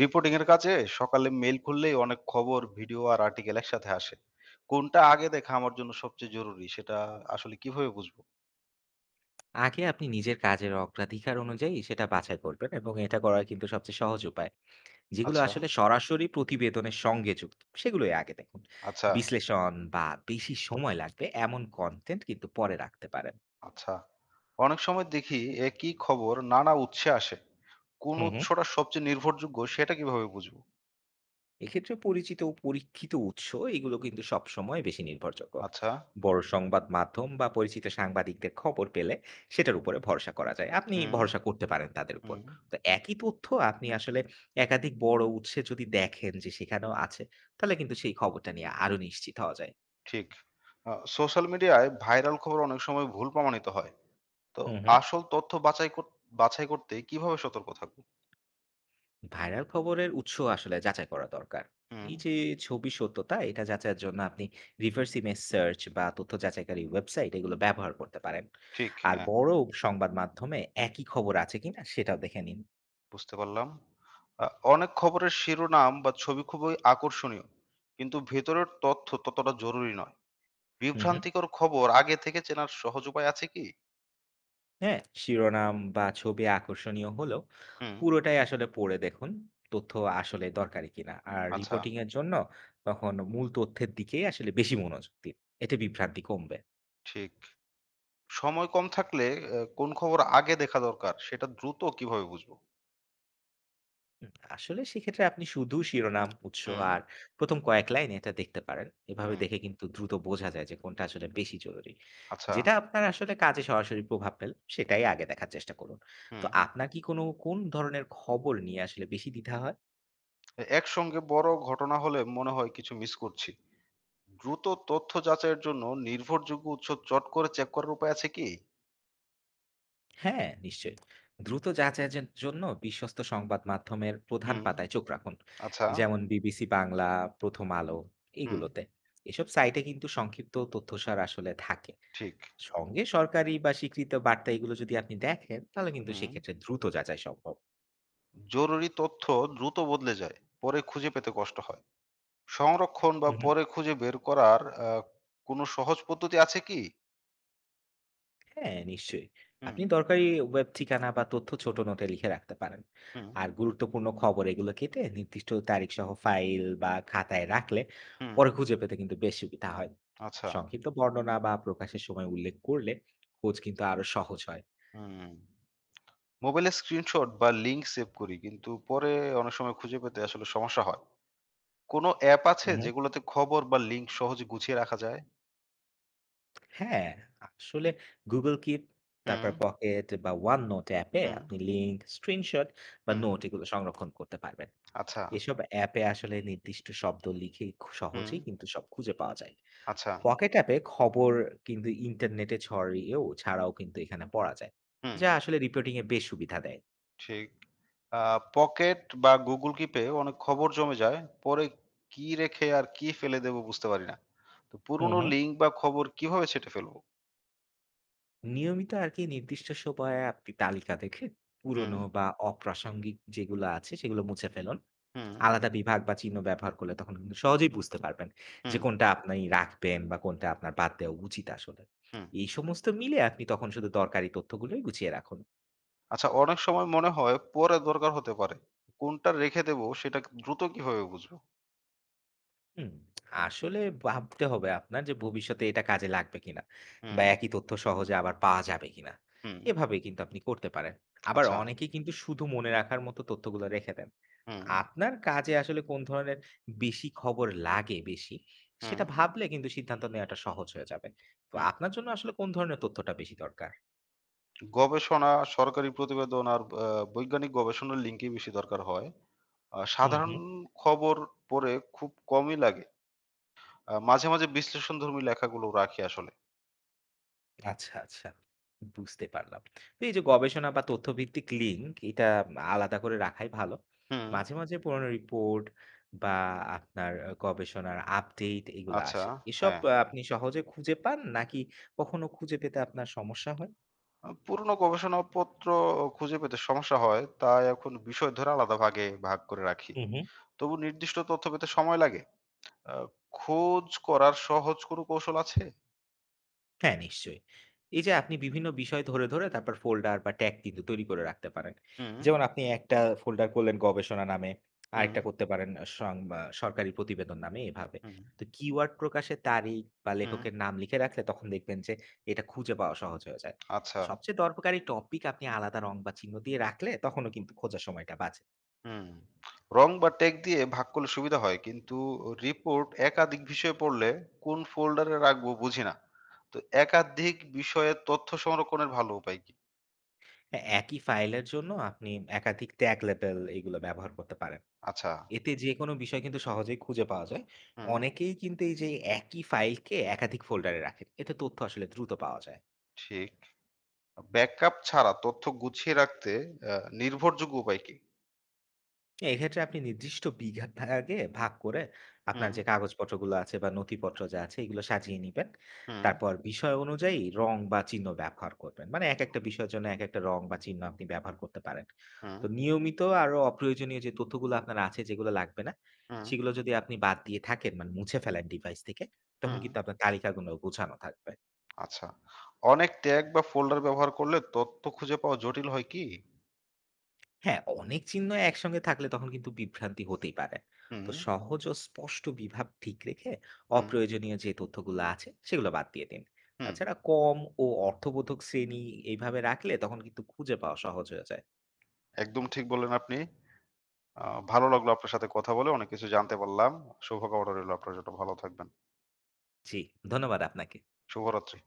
Reporting এর কাজে সকালে মেইল খুললেই অনেক খবর, ভিডিও আর আর্টিকেল একসাথে আসে। কোনটা আগে দেখা আমার জন্য সবচেয়ে জরুরি সেটা আসলে কিভাবে বুঝবো? আগে আপনি নিজের কাজের অগ্রাধিকার অনুযায়ী সেটা বাছাই করবেন এবং এটা করার কিন্তু সবচেয়ে সহজ উপায় যেগুলো আচ্ছা, আসলে সরাসরি প্রতিবেদনের সঙ্গে যুক্ত সেগুলোই আগে দেখুন। আচ্ছা, বিশ্লেষণ বা বেশি সময় লাগবে এমন কন্টেন্ট কিন্তু পরে রাখতে পারেন। আচ্ছা। অনেক সময় দেখি একই খবর নানা উৎসে আসে। কোন হুম হুম উৎসটা সবচেয়ে নির্ভরযোগ্য সেটা কিভাবে বুঝবো? এক্ষেত্রে পরিচিত ও পরীক্ষিত উৎস এগুলো কিন্তু সবসময় বেশি নির্ভরযোগ্য। আচ্ছা। বড় সংবাদ মাধ্যম বা পরিচিত সাংবাদিকদের খবর পেলে সেটার উপরে ভরসা করা যায়, আপনি হুম, ভরসা করতে পারেন তাদের উপর। হুম। তো একই তথ্য আপনি আসলে একাধিক বড় উৎসে যদি দেখেন যে সেখানেও আছে, তাহলে কিন্তু সেই খবরটা নিয়ে আরো নিশ্চিত হওয়া যায়। ঠিক। সোশ্যাল মিডিয়ায় ভাইরাল খবর অনেক সময় ভুল প্রমাণিত হয়। তো হুম হুম আসল তথ্য বাছাই করতে কিভাবে সতর্ক থাকবো? ভাইরাল খবরের উৎস আসলে যাচাই করা দরকার। হুম, এই যে ছবি সত্যতা এটা যাচাইয়ের জন্য আপনি রিভার্স ইমেজ সার্চ বা তথ্য যাচাইকারী ওয়েবসাইট এগুলো ব্যবহার করতে পারেন। ঠিক, আর হ্যাঁ। বড় সংবাদ মাধ্যমে একই খবর আছে কিনা সেটাও দেখে নিন। বুঝতে পারলাম। আ অনেক খবরের শিরোনাম বা ছবি খুবই আকর্ষণীয়। কিন্তু ভেতরের তথ্য ততটা জরুরি নয়। হুম হুম বিভ্রান্তিকর খবর আগে থেকে চেনার সহজ উপায় আছে কি? হ্যাঁ শিরোনাম বা ছবি আকর্ষণীয় হলেও হুম, পুরোটাই আসলে পড়ে দেখুন, তথ্য আসলে দরকারি কিনা আর আচ্ছা, রিপোর্টিং এর জন্য। তখন মূল তথ্যের দিকেই আসলে বেশি মনোযোগ দিন, এতে বিভ্রান্তি কমবে। ঠিক। সময় কম থাকলে কোন খবর আগে দেখা দরকার সেটা দ্রুত কিভাবে বুঝবো? আসলে সেক্ষেত্রে আপনি শুধু শিরোনাম, উৎস হুম, আর প্রথম কয়েক লাইন এটা দেখতে পারেন। এভাবে হুম, দেখে কিন্তু দ্রুত বোঝা যায় যে কোনটা আসলে বেশি জরুরি। আচ্ছা, যেটা আপনার আসলে কাজে সরাসরি প্রভাব ফেলে সেটাই আগে দেখার চেষ্টা করুন। হুম। তো আপনার কি কোন ধরনের খবর নিয়ে আসলে বেশি দ্বিধা হয়? একসঙ্গে বড় ঘটনা হলে মনে হয় কিছু মিস করছি। দ্রুত তথ্য যাচাইয়ের জন্য নির্ভরযোগ্য উৎস চট করে চেক করার উপায় আছে কি? হ্যাঁ, নিশ্চয়ই। দ্রুত যাচাইয়ের জন্য বিশ্বস্ত সংবাদ মাধ্যমের প্রধান হুম, পাতায় চোখ রাখুন। আচ্ছা, যেমন বিবিসি বাংলা, প্রথম আলো হুম, এগুলোতে। এসব সাইটে কিন্তু সংক্ষিপ্ত তথ্যসার আসলে থাকে। ঠিক। সঙ্গে সরকারি বা স্বীকৃত বার্তা এগুলো যদি আপনি দেখেন, তাহলে কিন্তু হুম। সেক্ষেত্রে দ্রুত যাচাই সম্ভব। জরুরি তথ্য দ্রুত বদলে যায়। পরে খুঁজে পেতে কষ্ট হয়। সংরক্ষণ বা হুম। পরে খুঁজে বের করার আ কোনো সহজ পদ্ধতি আছে কি? হ্যাঁ, নিশ্চয়ই। হুম, আপনি দরকারি ওয়েব ঠিকানা বা তথ্য ছোট নোটে লিখে রাখতে পারেন। হুম, আর গুরুত্বপূর্ণ খবর এগুলো কেটে নির্দিষ্ট তারিখ সহ ফাইল বা খাতায় রাখলে হুম। পরে খুঁজে পেতে কিন্তু বেশ সুবিধা হয়। আচ্ছা। সংক্ষিপ্ত বর্ণনা বা প্রকাশের সময় উল্লেখ করলে খোঁজ কিন্তু আরো সহজ হয়। হুম। মোবাইলে স্ক্রিনশট বা লিংক সেভ করি। কিন্তু পরে অনেক সময় খুঁজে পেতে আসলে সমস্যা হয়। কোনো অ্যাপ আছে হুম। হুম। যেগুলোতে খবর বা লিংক সহজে গুছিয়ে রাখা যায়? হ্যাঁ, আসলে Google Keep, হুম, তারপর Pocket বা OneNote অ্যাপে হুম, আপনি লিঙ্ক, স্ক্রিনশট বা হুম। নোট এগুলো সংরক্ষণ করতে পারবেন। আচ্ছা। এসব অ্যাপে আসলে নির্দিষ্ট শব্দ লিখে হুম, সহজেই কিন্তু সব খুঁজে পাওয়া যায়। আচ্ছা। Pocket অ্যাপে খবর কিন্তু ইন্টারনেটে ছাড়াও কিন্তু এখানে পড়া যায়। হুম, যা আসলে রিপোর্টিং এ বেশ সুবিধা দেয়। ঠিক। আ পকেট বা Google Keep এ অনেক খবর জমে যায়। পরে কি রেখে আর কি ফেলে দেব বুঝতে পারি না। তো হুম, পুরনো হুম। লিঙ্ক বা খবর কিভাবে ছেঁটে ফেলবো? নিয়মিত আর কি নির্দিষ্ট সময়ে আপনি তালিকা দেখে হুম, পুরনো বা অপ্রাসঙ্গিক যেগুলো আছে সেগুলো মুছে ফেলুন। হুম, আলাদা বিভাগ বা চিহ্ন ব্যবহার করলে তখন কিন্তু সহজেই বুঝতে পারবেন যে হুম, কোনটা আপনি রাখবেন বা কোনটা আপনার বাদ দেওয়া উচিত আসলে। হুম। এই সমস্ত মিলে আপনি তখন শুধু দরকারি তথ্যগুলোই গুছিয়ে রাখুন। আচ্ছা অনেক সময় মনে হয় পরে দরকার হতে পারে। কোনটা রেখে দেব সেটা দ্রুত কিভাবে বুঝবো? হুম, আসলে ভাবতে হবে আপনার যে ভবিষ্যতে এটা কাজে লাগবে কিনা, হুম, বা একই তথ্য সহজে আবার পাওয়া যাবে কিনা। হুম, এভাবে কিন্তু আপনি করতে পারেন। আবার আচ্ছা। অনেকে কিন্তু শুধু মনে রাখার মতো তথ্যগুলো রেখে দেন। হুম, আপনার কাজে আসলে কোন ধরনের বেশি খবর লাগে বেশি, হুম, সেটা ভাবলে কিন্তু সিদ্ধান্ত নেওয়াটা সহজ হয়ে যাবে। তো হুম। আপনার জন্য আসলে কোন ধরনের তথ্যটা বেশি দরকার? গবেষণা, সরকারি প্রতিবেদন আর বৈজ্ঞানিক গবেষণার লিঙ্কই বেশি দরকার হয়। হুম সাধারণ হুম খবর পড়ে খুব কমই লাগে। মাঝে, মাঝে বিশ্লেষণধর্মী লেখাগুলো রাখি আসলে। আচ্ছা, আচ্ছা। বুঝতে পারলাম। তো এই যে গবেষণা বা তথ্যভিত্তিক লিঙ্ক এটা আলাদা করে রাখাই ভালো। হুম। মাঝে, মাঝে পুরনো রিপোর্ট বা আপনার গবেষণার আপডেট এগুলা আচ্ছা, আসে। হ্যাঁ। এসব আপনি সহজে খুঁজে পান নাকি কখনো খুঁজে পেতে আপনার সমস্যা হয়? পুরনো গবেষণাপত্র খুঁজে পেতে সমস্যা হয়, তাই এখন বিষয় ধরে আলাদা ভাগে ভাগ করে রাখি। হু, হু। তবু নির্দিষ্ট তথ্য পেতে সময় লাগে। আ খোঁজ করার সহজ কোনো কৌশল আছে? হ্যাঁ, নিশ্চয়ই। এই যে আপনি বিভিন্ন বিষয় ধরে, ধরে তারপর ফোল্ডার বা ট্যাগ কিন্তু তৈরি করে রাখতে পারেন। হুম, যেমন আপনি একটা ফোল্ডার করলেন গবেষণা নামে, হুম, আরেকটা করতে পারেন সং আ সরকারি প্রতিবেদন নামে এভাবে। হুম, তো কিওয়ার্ড প্রকাশের তারিখ বা হুম, লেখকের নাম লিখে রাখলে তখন দেখবেন যে এটা খুঁজে পাওয়া সহজ হয়ে যায়। আচ্ছা। সবচেয়ে দরকারি টপিক আপনি আলাদা রং বা চিহ্ন দিয়ে রাখলে তখনও কিন্তু খোঁজার সময়টা বাঁচে। হুম। রং বা ট্যাগ দিয়ে ভাগ করলে সুবিধা হয়, কিন্তু রিপোর্ট একাধিক বিষয়ে পড়লে কোন ফোল্ডারে রাখবো বুঝি না। তো একাধিক বিষয়ে তথ্য সংরক্ষণের ভালো উপায় কি? হ্যাঁ, একই ফাইলের জন্য আপনি একাধিক ট্যাগ লেবেল এগুলো ব্যবহার করতে পারেন। আচ্ছা, এতে যেকোনো বিষয় কিন্তু সহজেই খুঁজে পাওয়া যায়। হুম, অনেকেই কিন্তু এই যে একই ফাইলকে একাধিক ফোল্ডারে রাখেন। এতে তথ্য আসলে দ্রুত পাওয়া যায়। ঠিক। ব্যাকআপ ছাড়া তথ্য গুছিয়ে রাখতে আ নির্ভরযোগ্য উপায় কি? এক্ষেত্রে আপনি নির্দিষ্ট বিঘা ভাগে ভাগ করে আপনার হুম, যে কাগজপত্রগুলো আছে বা নথিপত্র যা আছে এগুলো সাজিয়ে নিবেন। হুম, তারপর বিষয় অনুযায়ী রং বা চিহ্ন ব্যবহার করবেন। মানে একেকটা বিষয়ের জন্য একেকটা রং বা চিহ্ন আপনি ব্যবহার করতে পারেন। হুম, তো নিয়মিত আরো অপ্রয়োজনীয় যে তথ্যগুলো আপনার আছে যেগুলো লাগবে না, হুম, সেগুলো যদি আপনি বাদ দিয়ে থাকেন মানে মুছে ফেলেন ডিভাইস থেকে, তখন হুম। কিন্তু আপনার তালিকাগুলো গোছানো থাকবে। আচ্ছা। অনেক ট্যাগ বা ফোল্ডার ব্যবহার করলে তথ্য খুঁজে পাওয়া জটিল হয় কি? হ্যাঁ, অনেক চিহ্ন একসঙ্গে থাকলে তখন কিন্তু বিভ্রান্তি হতেই পারে। হুম, তো সহজ ও স্পষ্ট বিভাব ঠিক রেখে হুম, অপ্রয়োজনীয় যে তথ্যগুলো আছে সেগুলো বাদ দিয়ে দিন। হুম। তাছাড়া কম ও অর্থবোধক শ্রেণী এইভাবে রাখলে তখন কিন্তু খুঁজে পাওয়া সহজ হয়ে যায়। একদম ঠিক বললেন আপনি। আ ভালো লাগলো আপনার সাথে কথা বলে। অনেক কিছু জানতে পারলাম। শুভকামনা রইলো আপনার জন্য। ভালো থাকবেন। জি, ধন্যবাদ আপনাকে। শুভরাত্রি।